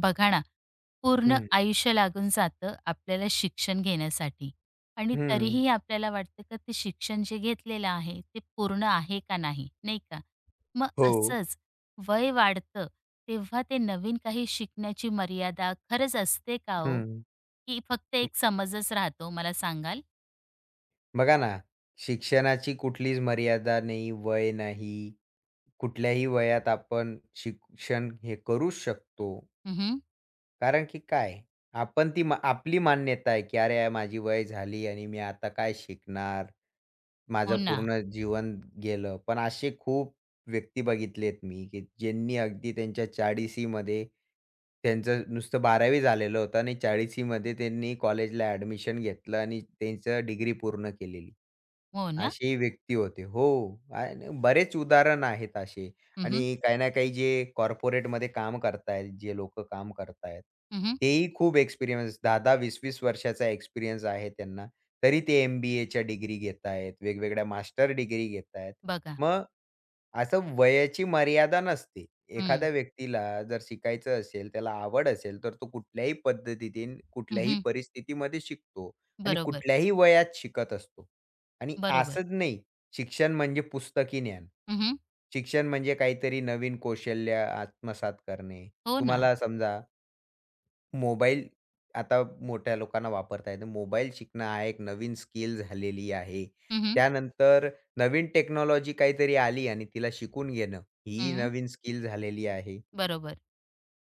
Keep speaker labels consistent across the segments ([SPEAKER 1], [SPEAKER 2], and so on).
[SPEAKER 1] बघा ना, पूर्ण
[SPEAKER 2] हं,
[SPEAKER 1] आयुष्य लागून जातं आपल्याला शिक्षण घेण्यासाठी आणि
[SPEAKER 2] हं.
[SPEAKER 1] तरीही आपल्याला वाटतं का ते शिक्षण जे घेतलेलं आहे ते पूर्ण आहे का नाही, नाही का? मग
[SPEAKER 2] हो.
[SPEAKER 1] असंच वय वाढतं तेव्हा ते नवीन काही शिकण्याची मर्यादा खरंच असते का हो?
[SPEAKER 2] हं.
[SPEAKER 1] की फक्त
[SPEAKER 2] ब
[SPEAKER 1] एक समजच राहतो मला सांगाल?
[SPEAKER 2] बघा ना, शिक्षणाची कुठलीच मर्यादा नाही, वय नाही. कुठल्याही वयात आपण शिक्षण हे करूच शकतो.
[SPEAKER 1] हं,
[SPEAKER 2] कारण की काय, आपण ती मा आपली मान्यता आहे, की "अरे, माझी वय झाली आणि मी आता काय शिकणार?
[SPEAKER 1] हो
[SPEAKER 2] माझं
[SPEAKER 1] ना,
[SPEAKER 2] पूर्ण जीवन गेलं." पण असे खूप व्यक्ती बघितलेत मी, की ज्यांनी अगदी त्यांच्या 40शी मध्ये त्यांचं नुसतं 12वी झालेलं होतं आणि 40शी मध्ये त्यांनी कॉलेजला ॲडमिशन घेतलं आणि त्यांचं डिग्री पूर्ण केलेली.
[SPEAKER 1] हो ना.
[SPEAKER 2] असेही व्यक्ती होते. हो, आणि बरेच उदाहरण आहेत असे.
[SPEAKER 1] हं,
[SPEAKER 2] आणि
[SPEAKER 1] हं.
[SPEAKER 2] काही ना काही जे कॉर्पोरेटमध्ये काम करतायत, जे लोकं काम करतायत, तेही खूप एक्सपिरियन्स 10-10, 20-20 वर्षाचा एक्सपिरियन्स आहे त्यांना. तरी ते एम-बी-एच्या डिग्री घेतायत, वेगवेगळ्या मास्टर डिग्री घेतायत.
[SPEAKER 1] बघा.
[SPEAKER 2] मग असं वयाची मर्यादा नसते.
[SPEAKER 1] हं.
[SPEAKER 2] एखाद्या व्यक्तीला जर शिकायचं असेल, त्याला आवड असेल, तर तो कुठल्याही पद्धतीने, कुठल्याही
[SPEAKER 1] हं,
[SPEAKER 2] परिस्थितीमध्ये शिकतो आणि
[SPEAKER 1] बरोबर,
[SPEAKER 2] कुठल्याही वयात शिकत असतो. आणि
[SPEAKER 1] बरोबर.
[SPEAKER 2] असंच नाही शिक्षण म्हणजे पुस्तकी ज्ञान.
[SPEAKER 1] हं,
[SPEAKER 2] शिक्षण म्हणजे काहीतरी नवीन कौशल्य आत्मसात करणे.
[SPEAKER 1] हो ना.
[SPEAKER 2] तुम्हाला समजा मोबाईल आता मोठ्या लोकांना वापरता येतं. मोबाईल शिकणं हा एक नवीन स्किल झालेली आहे.
[SPEAKER 1] हं, हं.
[SPEAKER 2] त्यानंतर नवीन टेक्नॉलॉजी काहीतरी आली आणि तिला शिकून घेणं, ही नवीन स्किल झालेली आहे.
[SPEAKER 1] बरोबर.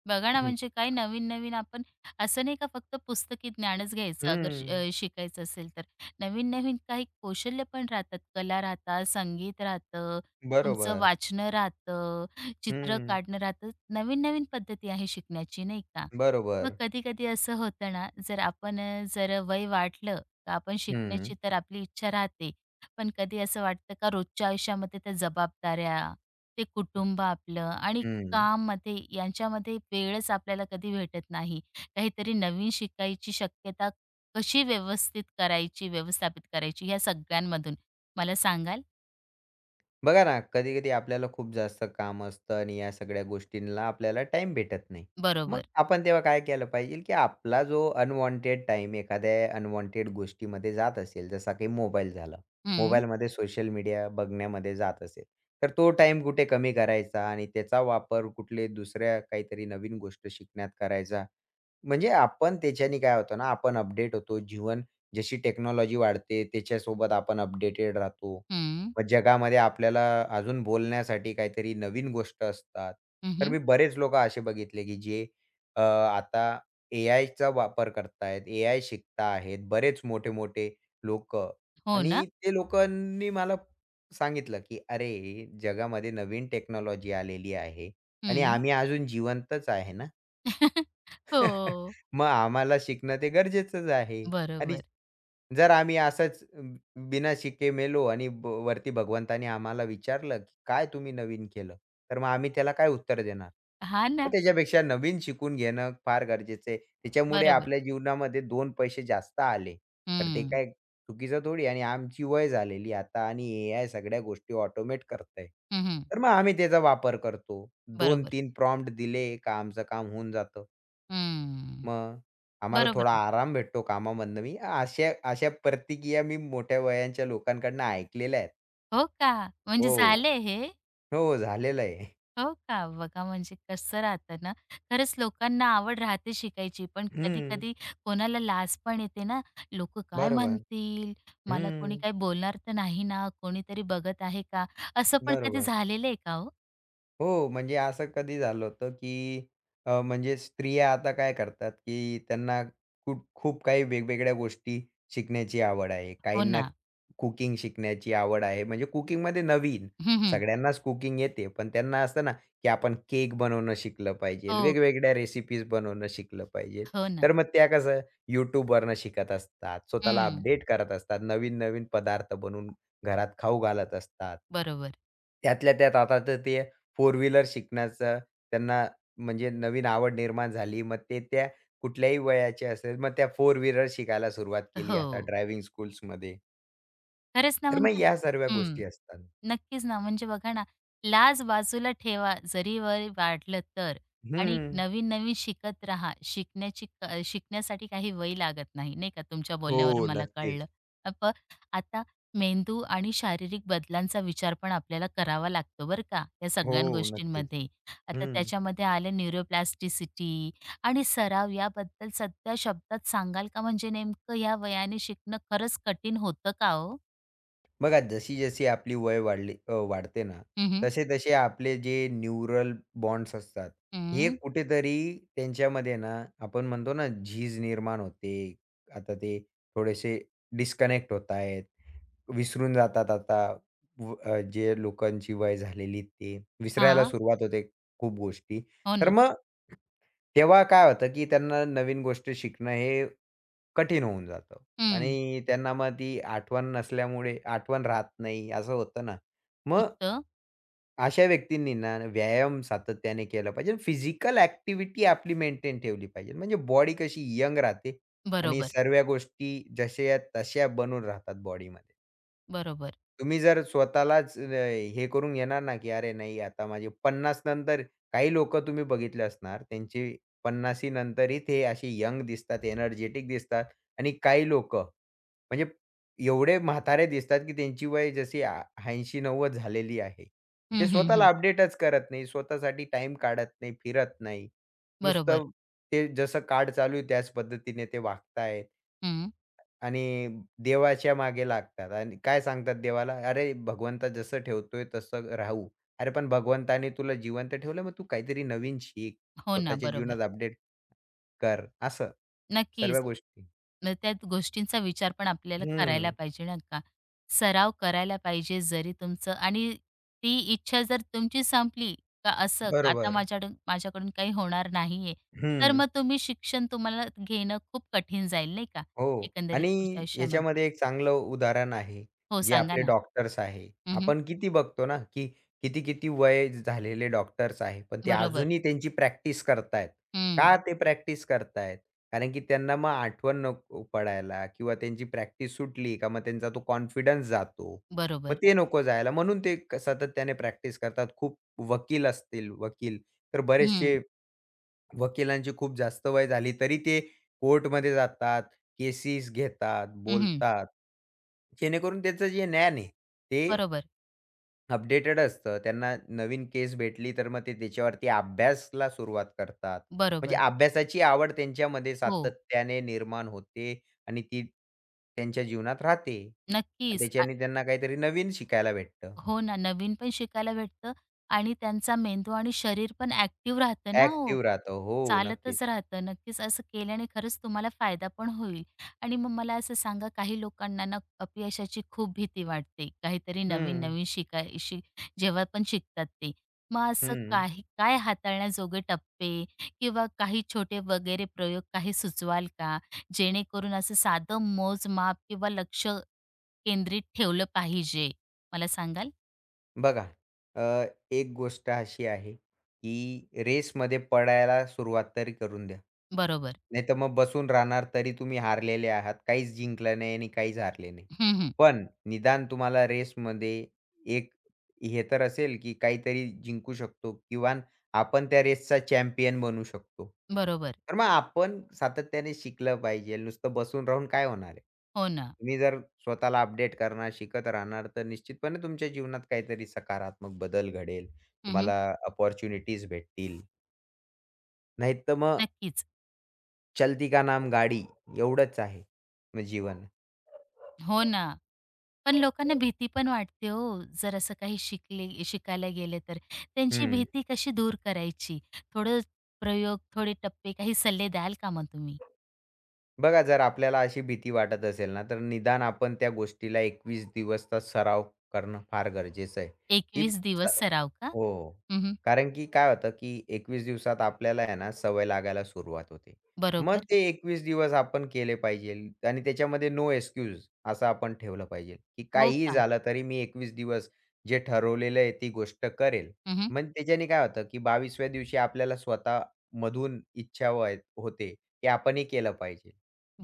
[SPEAKER 1] बघा ना, म्हणजे काय नवीन-नवीन आपण असं नाही का फक्त पुस्तकी ज्ञानच घ्यायचं अगर
[SPEAKER 2] हं,
[SPEAKER 1] शिकायचं असेल तर. नवीन-नवीन काही कौशल्य पण राहतात. कला राहतात, संगीत राहतं, तुमचं
[SPEAKER 2] बरोबर.
[SPEAKER 1] वाचणं राहतं, चित्र
[SPEAKER 2] हं,
[SPEAKER 1] काढणं राहतं. नवीन-नवीन पद्धती आहे शिकण्याची नाही का? मग
[SPEAKER 2] बरोबर.
[SPEAKER 1] कधी-कधी असं होतं ना, जर जर वय वाढलं तर आपण शिकण्याची
[SPEAKER 2] हं,
[SPEAKER 1] तर आपली इच्छा राहते. पण कधी असं वाटतं का रोजच्या आयुष्यामध्ये त्या जबाबदाऱ्या, ते कुटुंब आपलं आणि
[SPEAKER 2] हं.
[SPEAKER 1] काममध्ये यांच्यामध्ये वेळच आपल्याला कधी भेटत नाही. काहीतरी नवीन शिकायची शक्यता कशी व्यवस्थित करायची, व्यवस्थापित करायची या सगळ्यांमधून मला सांगाल?
[SPEAKER 2] बघा ना, कधी-कधी आपल्याला खूप जास्त काम असतं आणि या सगळ्या गोष्टींना आपल्याला टाइम भेटत नाही. मग
[SPEAKER 1] बरोबर.
[SPEAKER 2] आपण तेव्हा काय केलं पाहिजे, की आपला जो अनवॉन्टेड टाइम एखाद्या अनवॉन्टेड गोष्टीमध्ये जात असेल, जसा की मोबाईल झाला.
[SPEAKER 1] हं,
[SPEAKER 2] मोबाईलमध्ये सोशल मीडिया बघण्यामध्ये जात असेल, तर तो टाईम कुठे कमी करायचा आणि त्याचा वापर कुठले दुसऱ्या काहीतरी नवीन गोष्ट शिकण्यात करायचा. म्हणजे आपण त्याच्याने काय होतं ना, आपण अपडेट होतो. जीवन जशी टेक्नॉलॉजी वाढते त्याच्यासोबत आपण अपडेटेड राहतो.
[SPEAKER 1] हं,
[SPEAKER 2] मग जगामध्ये आपल्याला अजून बोलण्यासाठी काहीतरी नवीन गोष्ट असतात. तर
[SPEAKER 1] हं,
[SPEAKER 2] मी बरेच लोकं असे बघितले, की जे आता एआयचा वापर करतायत, एआय शिकता आहेत. बरेच मोठे-मोठे लोकं
[SPEAKER 1] हो ना?
[SPEAKER 2] आणि ते लोकांनी मला सांगितलं, की "अरे, जगामध्ये नवीन टेक्नॉलॉजी आलेली आहे आणि
[SPEAKER 1] हं.
[SPEAKER 2] आम्ही अजून जिवंतच आहे ना."
[SPEAKER 1] हो.
[SPEAKER 2] मग आम्हाला शिकणं ते गरजेचंच आहे. आणि
[SPEAKER 1] बरोबर.
[SPEAKER 2] जर आम्ही असंच बिना शिके मेलो आणि वरती भगवंताने आम्हाला विचारलं, की "काय तुम्ही नवीन केलं?" तर मग आम्ही त्याला काय उत्तर देणार?
[SPEAKER 1] हा
[SPEAKER 2] मग
[SPEAKER 1] ना.
[SPEAKER 2] त्याच्यापेक्षा नवीन शिकून घेणं फार गरजेचं आहे. त्याच्यामुळे
[SPEAKER 1] बरोबर.
[SPEAKER 2] आपल्या जीवनामध्ये 2 पैसे जास्त आले, तर ते
[SPEAKER 1] हं.
[SPEAKER 2] काय चुकीचं थोडी आणि आमची वय झालेली आता आणि एआय सगळ्या गोष्टी ऑटोमेट करतंय.
[SPEAKER 1] हं,
[SPEAKER 2] तर मग आम्ही त्याचा वापर करतो.
[SPEAKER 1] बरोबर.
[SPEAKER 2] 2-3 प्रॉम्प्ट दिले का आमचं काम होऊन जातं.
[SPEAKER 1] हं.
[SPEAKER 2] मग आम्हाला
[SPEAKER 1] बरोबर.
[SPEAKER 2] थोडा आराम भेटतो कामामधनं. मी अशा अशा प्रतिक्रिया मी मोठ्या वयांच्या लोकांकडनं ऐकलेल्या आहेत.
[SPEAKER 1] हो का? म्हणजे
[SPEAKER 2] हो.
[SPEAKER 1] झाले हे?
[SPEAKER 2] हो, झालेलं आहे.
[SPEAKER 1] हो का? बघा म्हणजे कसं राहतं ना, खरंच लोकांना आवड राहते शिकायची, पण
[SPEAKER 2] हं.
[SPEAKER 1] कधी-कधी कोणाला लाज पण येते ना, लोक काय
[SPEAKER 2] बरोबर.
[SPEAKER 1] म्हणतील? मला कोणी
[SPEAKER 2] हं.
[SPEAKER 1] काय बोलणार तर नाही ना? कोणीतरी बघत आहे का?" असं पण कधी
[SPEAKER 2] बरोबर.
[SPEAKER 1] झालेलं आहे का हो?
[SPEAKER 2] हो, म्हणजे असं कधी झालं होतं, की म्हणजे स्त्रिया आता काय करतात, की त्यांना खूप खूप काही वेगवेगळ्या गोष्टी शिकण्याची आवड आहे.
[SPEAKER 1] हो
[SPEAKER 2] काहींना
[SPEAKER 1] ना.
[SPEAKER 2] कुकिंग शिकण्याची आवड आहे. म्हणजे कुकिंगमध्ये नवीन.
[SPEAKER 1] हं, हं.
[SPEAKER 2] सगळ्यांनाच कुकिंग येते, पण त्यांना असतं ना, की आपण केक बनवणं शिकलं पाहिजे.
[SPEAKER 1] हो,
[SPEAKER 2] वेगवेगळ्या रेसिपीज बनवणं शिकलं पाहिजे.
[SPEAKER 1] हो ना.
[SPEAKER 2] तर मग त्या कसं YouTubeवरनं शिकत असतात. स्वतःला
[SPEAKER 1] हं,
[SPEAKER 2] अपडेट करत असतात. नवीन-नवीन पदार्थ बनवून घरात खाऊ घालत असतात.
[SPEAKER 1] बरोबर.
[SPEAKER 2] त्यातल्या त्यात आता तर ते फोर व्हीलर शिकण्याचा त्यांना म्हणजे नवीन आवड निर्माण झाली. मग ते त्या कुठल्याही वयाचे असेल, मग त्या फोर व्हीलर शिकायला सुरुवात केली आता
[SPEAKER 1] हो.
[SPEAKER 2] ड्रायव्हिंग स्कूल्समध्ये.
[SPEAKER 1] खरंच ना
[SPEAKER 2] तर मग
[SPEAKER 1] म्हणजे
[SPEAKER 2] या सर्व
[SPEAKER 1] हं.
[SPEAKER 2] गोष्टी असतात.
[SPEAKER 1] नक्कीच ना, म्हणजे बघा ना, लाज बाजूला ठेवा जरी वय वाढलं तर आणि
[SPEAKER 2] हं.
[SPEAKER 1] नवीन-नवीन शिकत राहा. शिकण्याची क शिकण्यासाठी काही वय लागत नाही, नाही का? तुमच्या
[SPEAKER 2] हो,
[SPEAKER 1] बोलण्यावरून मला कळलं.
[SPEAKER 2] नक्कीच.
[SPEAKER 1] अप आता मेंदू आणि शारीरिक बदलांचा विचार पण आपल्याला करावा लागतो बरं का, या
[SPEAKER 2] हो,
[SPEAKER 1] सगळ्या
[SPEAKER 2] नक्कीच.
[SPEAKER 1] गोष्टींमध्ये. आता
[SPEAKER 2] हं.
[SPEAKER 1] त्याच्यामध्ये आलं न्यूरोप्लास्टिसिटी आणि सराव याबद्दल सध्या शब्दात सांगाल का? म्हणजे नेमकं या वयाने शिकणं खरंच कठीण होतं का हो?
[SPEAKER 2] बघा जशी-जशी आपली वय वाढली अ, वाढते ना,
[SPEAKER 1] हं, हं.
[SPEAKER 2] तसे-तसे आपले जे न्यूरल बॉन्ड्स असतात, हे
[SPEAKER 1] हं.
[SPEAKER 2] कुठेतरी त्यांच्यामध्ये ना, आपण म्हणतो ना झीज निर्माण होते. आता ते थोडेसे डिस्कनेक्ट होत आहेत, विसरून जातात आता जे लोकांची वय झालेली ते विसरायला सुरुवात होते खूप गोष्टी.
[SPEAKER 1] हो
[SPEAKER 2] तर
[SPEAKER 1] ना.
[SPEAKER 2] मग तेव्हा काय होतं, की त्यांना नवीन गोष्टी शिकणं हे कठीण होऊन जातं
[SPEAKER 1] हं,
[SPEAKER 2] आणि त्यांना मग ती आठवण नसल्यामुळे आठवण राहत नाही असं होतं ना. मग
[SPEAKER 1] तुटतं.
[SPEAKER 2] अशा व्यक्तींनी ना व्यायाम सातत्याने केला पाहिजे. फिजिकल ॲक्टिव्हिटी आपली मेंटेन ठेवली पाहिजे. म्हणजे बॉडी कशी यंग राहते आणि
[SPEAKER 1] बरोबर,
[SPEAKER 2] सर्व गोष्टी जशा तशा बनून राहतात बॉडीमध्ये.
[SPEAKER 1] बरोबर.
[SPEAKER 2] तुम्ही जर स्वतःलाच हे करून घेणार ना, की "अरे नाही आता माझे 50 नंतर" काही लोकं तुम्ही बघितले असणार त्यांचे 50 नंतरही ते असे यंग दिसतात, एनर्जेटिक दिसतात आणि काही लोकं म्हणजे एवढे म्हातारे दिसतात, की त्यांची वय जशी 80-90 झालेली आहे. ते
[SPEAKER 1] हं, हं, हं.
[SPEAKER 2] स्वतःला अपडेटच करत नाही. स्वतःसाठी टाइम काढत नाही, फिरत नाही.
[SPEAKER 1] बरोबर.
[SPEAKER 2] नुसतं ते जसं कार्ड चालू आहे त्याच पद्धतीने ते वागतायत
[SPEAKER 1] हं.
[SPEAKER 2] आणि देवाच्या मागे लागतात आणि काय सांगतात देवाला, "अरे भगवंता जसं ठेवतोय तसं राहू." अरे पण भगवंताने तुला जिवंत ठेवलं, मग तू काहीतरी नवीन शिक,
[SPEAKER 1] हो ना,
[SPEAKER 2] स्वतःच्या
[SPEAKER 1] बरोबर.
[SPEAKER 2] जीवनात अपडेट कर, असं
[SPEAKER 1] नक्कीच.
[SPEAKER 2] सर्व गोष्टी.
[SPEAKER 1] मग त्या गोष्टींचा विचार पण आपल्याला करायला
[SPEAKER 2] हं,
[SPEAKER 1] पाहिजे ना, का. सराव करायला पाहिजे जरी तुमचं आणि ती इच्छा जर तुमची संपली का असं आता
[SPEAKER 2] बरोबर.
[SPEAKER 1] माझ्याकडून माझ्याकडून काही होणार नाहीये, तर
[SPEAKER 2] हं.
[SPEAKER 1] मग तुम्ही शिक्षण तुम्हाला घेणं खूप कठीण जाईल नाही का,
[SPEAKER 2] हो.
[SPEAKER 1] एकंदरीत पुढच्या
[SPEAKER 2] आणि
[SPEAKER 1] आयुष्यामध्ये.
[SPEAKER 2] याच्यामध्ये एक चांगलं उदाहरण आहे,
[SPEAKER 1] हो,
[SPEAKER 2] जे
[SPEAKER 1] सांगा
[SPEAKER 2] आपले
[SPEAKER 1] ना.
[SPEAKER 2] डॉक्टर्स आहे.
[SPEAKER 1] हं, हं.
[SPEAKER 2] आपण किती बघतो ना, की किती-किती वय झालेले डॉक्टर्स आहे, पण ते
[SPEAKER 1] बरोबर.
[SPEAKER 2] अजूनही त्यांची प्रॅक्टिस करतायत.
[SPEAKER 1] हं,
[SPEAKER 2] का ते प्रॅक्टिस करतायत? कारण की त्यांना मग आठवण नको पडायला किंवा त्यांची प्रॅक्टिस सुटली का मग त्यांचा तो कॉन्फिडन्स जातो. मग
[SPEAKER 1] बरोबर.
[SPEAKER 2] ते नको जायला म्हणून ते सातत्याने प्रॅक्टिस करतात. खूप वकील असतील वकील, तर
[SPEAKER 1] हं,
[SPEAKER 2] बरेचसे वकिलांची खूप जास्त वय झाली तरी ते कोर्टमध्ये जातात, केसेस घेतात,
[SPEAKER 1] हं, हं.
[SPEAKER 2] बोलतात. जेणेकरून त्याचं जे ज्ञान आहे ते
[SPEAKER 1] बरोबर.
[SPEAKER 2] अपडेटेड असतं. त्यांना नवीन केस भेटली तर मग ते त्याच्यावरती अभ्यासाला सुरुवात करतात. म्हणजे
[SPEAKER 1] बरोबर.
[SPEAKER 2] अभ्यासाची आवड त्यांच्यामध्ये
[SPEAKER 1] हो,
[SPEAKER 2] सातत्याने निर्माण होते आणि ती त्यांच्या जीवनात राहते आणि
[SPEAKER 1] नक्कीच.
[SPEAKER 2] त्याच्याने त्यांना काहीतरी नवीन शिकायला भेटतं.
[SPEAKER 1] हो ना, नवीन पण शिकायला भेटतं आणि त्यांचा मेंदू आणि शरीर पण ॲक्टिव्ह राहतं ना हो.
[SPEAKER 2] ॲक्टिव्ह राहतं. हो, नक्कीच.
[SPEAKER 1] चालतच राहतं. नक्कीच असं केल्याने खरंच तुम्हाला फायदा पण होईल. आणि मग मला असं सांगा काही लोकांना ना अपयशाची खूप भीती वाटते. काहीतरी
[SPEAKER 2] हं,
[SPEAKER 1] नवीन-नवीन शिकाय शि जेव्हा पण शिकतात ते. मग असं
[SPEAKER 2] हं.
[SPEAKER 1] काही काय हाताळण्याजोगे टप्पे किंवा काही छोटे वगैरे प्रयोग काही सुचवाल का? जेणेकरून असं साधं मोजमाप किंवा लक्ष केंद्रित ठेवलं पाहिजे. मला सांगाल?
[SPEAKER 2] बघा, अ, एक गोष्ट अशी आहे, की रेसमध्ये पडायला सुरुवात तरी करून द्या.
[SPEAKER 1] बरोबर.
[SPEAKER 2] नाहीतर मग बसून राहणार तरी तुम्ही हारलेले आहात. काहीच जिंकलं नाही आणि काहीच हारले नाही.
[SPEAKER 1] हं, हं.
[SPEAKER 2] पण निदान तुम्हाला रेसमध्ये एक हे तर असेल, की काहीतरी जिंकू शकतो किंवा आपण त्या रेसचा चॅम्पियन बनू शकतो.
[SPEAKER 1] बरोबर.
[SPEAKER 2] तर मग आपण सातत्याने शिकलं पाहिजे. नुसतं बसून राहून काय होणार आहे?
[SPEAKER 1] हो ना.
[SPEAKER 2] तुम्ही जर स्वतःला अपडेट करणार, शिकत राहणार, तर निश्चितपणे तुमच्या जीवनात काहीतरी सकारात्मक बदल घडेल.
[SPEAKER 1] हं, हं.
[SPEAKER 2] तुम्हाला अपॉर्च्युनिटीज भेटतील. नाहीतर मग
[SPEAKER 1] नक्कीच.
[SPEAKER 2] चलती का नाम गाडी एवढंच आहे मग जीवन.
[SPEAKER 1] हो ना. पण लोकांना भीती पण वाटते हो, जर असं काही शिकले शिकायला गेले तर. त्यांची
[SPEAKER 2] हं.
[SPEAKER 1] भीती कशी दूर करायची? थोडं प्रयोग, थोडे टप्पे काही सल्ले द्याल का मग तुम्ही?
[SPEAKER 2] बघा, जर आपल्याला अशी भीती वाटत असेल ना, तर निदान आपण त्या गोष्टीला 21 दिवसचा सराव करणं फार गरजेचं आहे, की
[SPEAKER 1] 21
[SPEAKER 2] स
[SPEAKER 1] दिवस सराव का?
[SPEAKER 2] हो.
[SPEAKER 1] हं, हं.
[SPEAKER 2] कारण की काय होतं, की 21 दिवसात आपल्याला आहे ना, सवय लागायला सुरुवात होते.
[SPEAKER 1] बरोबर.
[SPEAKER 2] मग ते 21 दिवस आपण केले पाहिजेल आणि त्याच्यामध्ये नो एक्सक्यूज असं आपण ठेवलं पाहिजे, की
[SPEAKER 1] हो
[SPEAKER 2] काहीही
[SPEAKER 1] का?
[SPEAKER 2] झालं तरी मी 21 दिवस जे ठरवलेलं आहे ती गोष्ट करेल.
[SPEAKER 1] हं, हं.
[SPEAKER 2] मग त्याच्याने काय होतं, की 22व्या दिवशी आपल्याला स्वतःमधून इच्छा व्हाय होते, की आपणही केलं पाहिजे.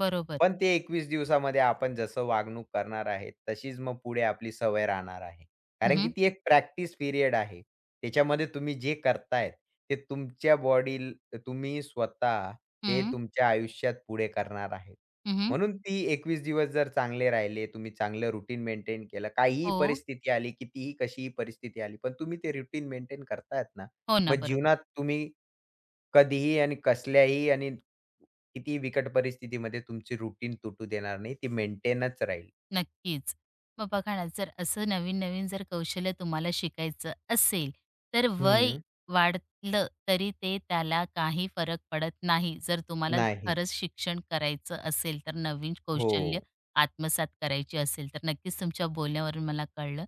[SPEAKER 1] बरोबर.
[SPEAKER 2] पण ते 21 दिवसामध्ये आपण जसं वागणूक करणार आहे, तशीच मग पुढे आपली सवय राहणार आहे.
[SPEAKER 1] हं,
[SPEAKER 2] कारण की
[SPEAKER 1] हं.
[SPEAKER 2] ती एक प्रॅक्टिस पिरियड आहे. त्याच्यामध्ये तुम्ही जे करताय, ते तुमच्या बॉडी तुम्ही स्वतः ते तुमच्या आयुष्यात पुढे करणार आहे.
[SPEAKER 1] हं, हं.
[SPEAKER 2] म्हणून ती 21 दिवस जर चांगले राहिले, तुम्ही चांगलं रुटीन मेंटेन केलं, काहीही
[SPEAKER 1] हो.
[SPEAKER 2] परिस्थिती आली, कितीही कशीही परिस्थिती आली, पण तुम्ही ते रुटीन मेंटेन करतायत ना,
[SPEAKER 1] हो ना.
[SPEAKER 2] मग
[SPEAKER 1] बरोबर.
[SPEAKER 2] जीवनात तुम्ही कधीही आणि कसल्याही आणि कितीही बिकट परिस्थितीमध्ये तुमची रुटीन तुटू देणार नाही. ती मेंटेनच राहील.
[SPEAKER 1] नक्कीच. मग बघा ना, जर असं नवीन-नवीन जर कौशल्य तुम्हाला शिकायचं असेल, तर वय
[SPEAKER 2] हं.
[SPEAKER 1] वाढलं तरी ते त्याला काही फरक पडत नाही. जर तुम्हाला
[SPEAKER 2] नाही.
[SPEAKER 1] खरंच शिक्षण करायचं असेल, तर नवीन
[SPEAKER 2] हो.
[SPEAKER 1] कौशल्य आत्मसात करायची असेल, तर नक्कीच तुमच्या बोलण्यावरून मला कळलं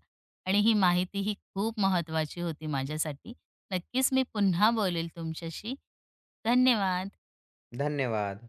[SPEAKER 1] आणि ही माहिती ही खूप महत्त्वाची होती माझ्यासाठी. नक्कीच मी पुन्हा बोलेल तुमच्याशी. धन्यवाद.
[SPEAKER 2] धन्यवाद.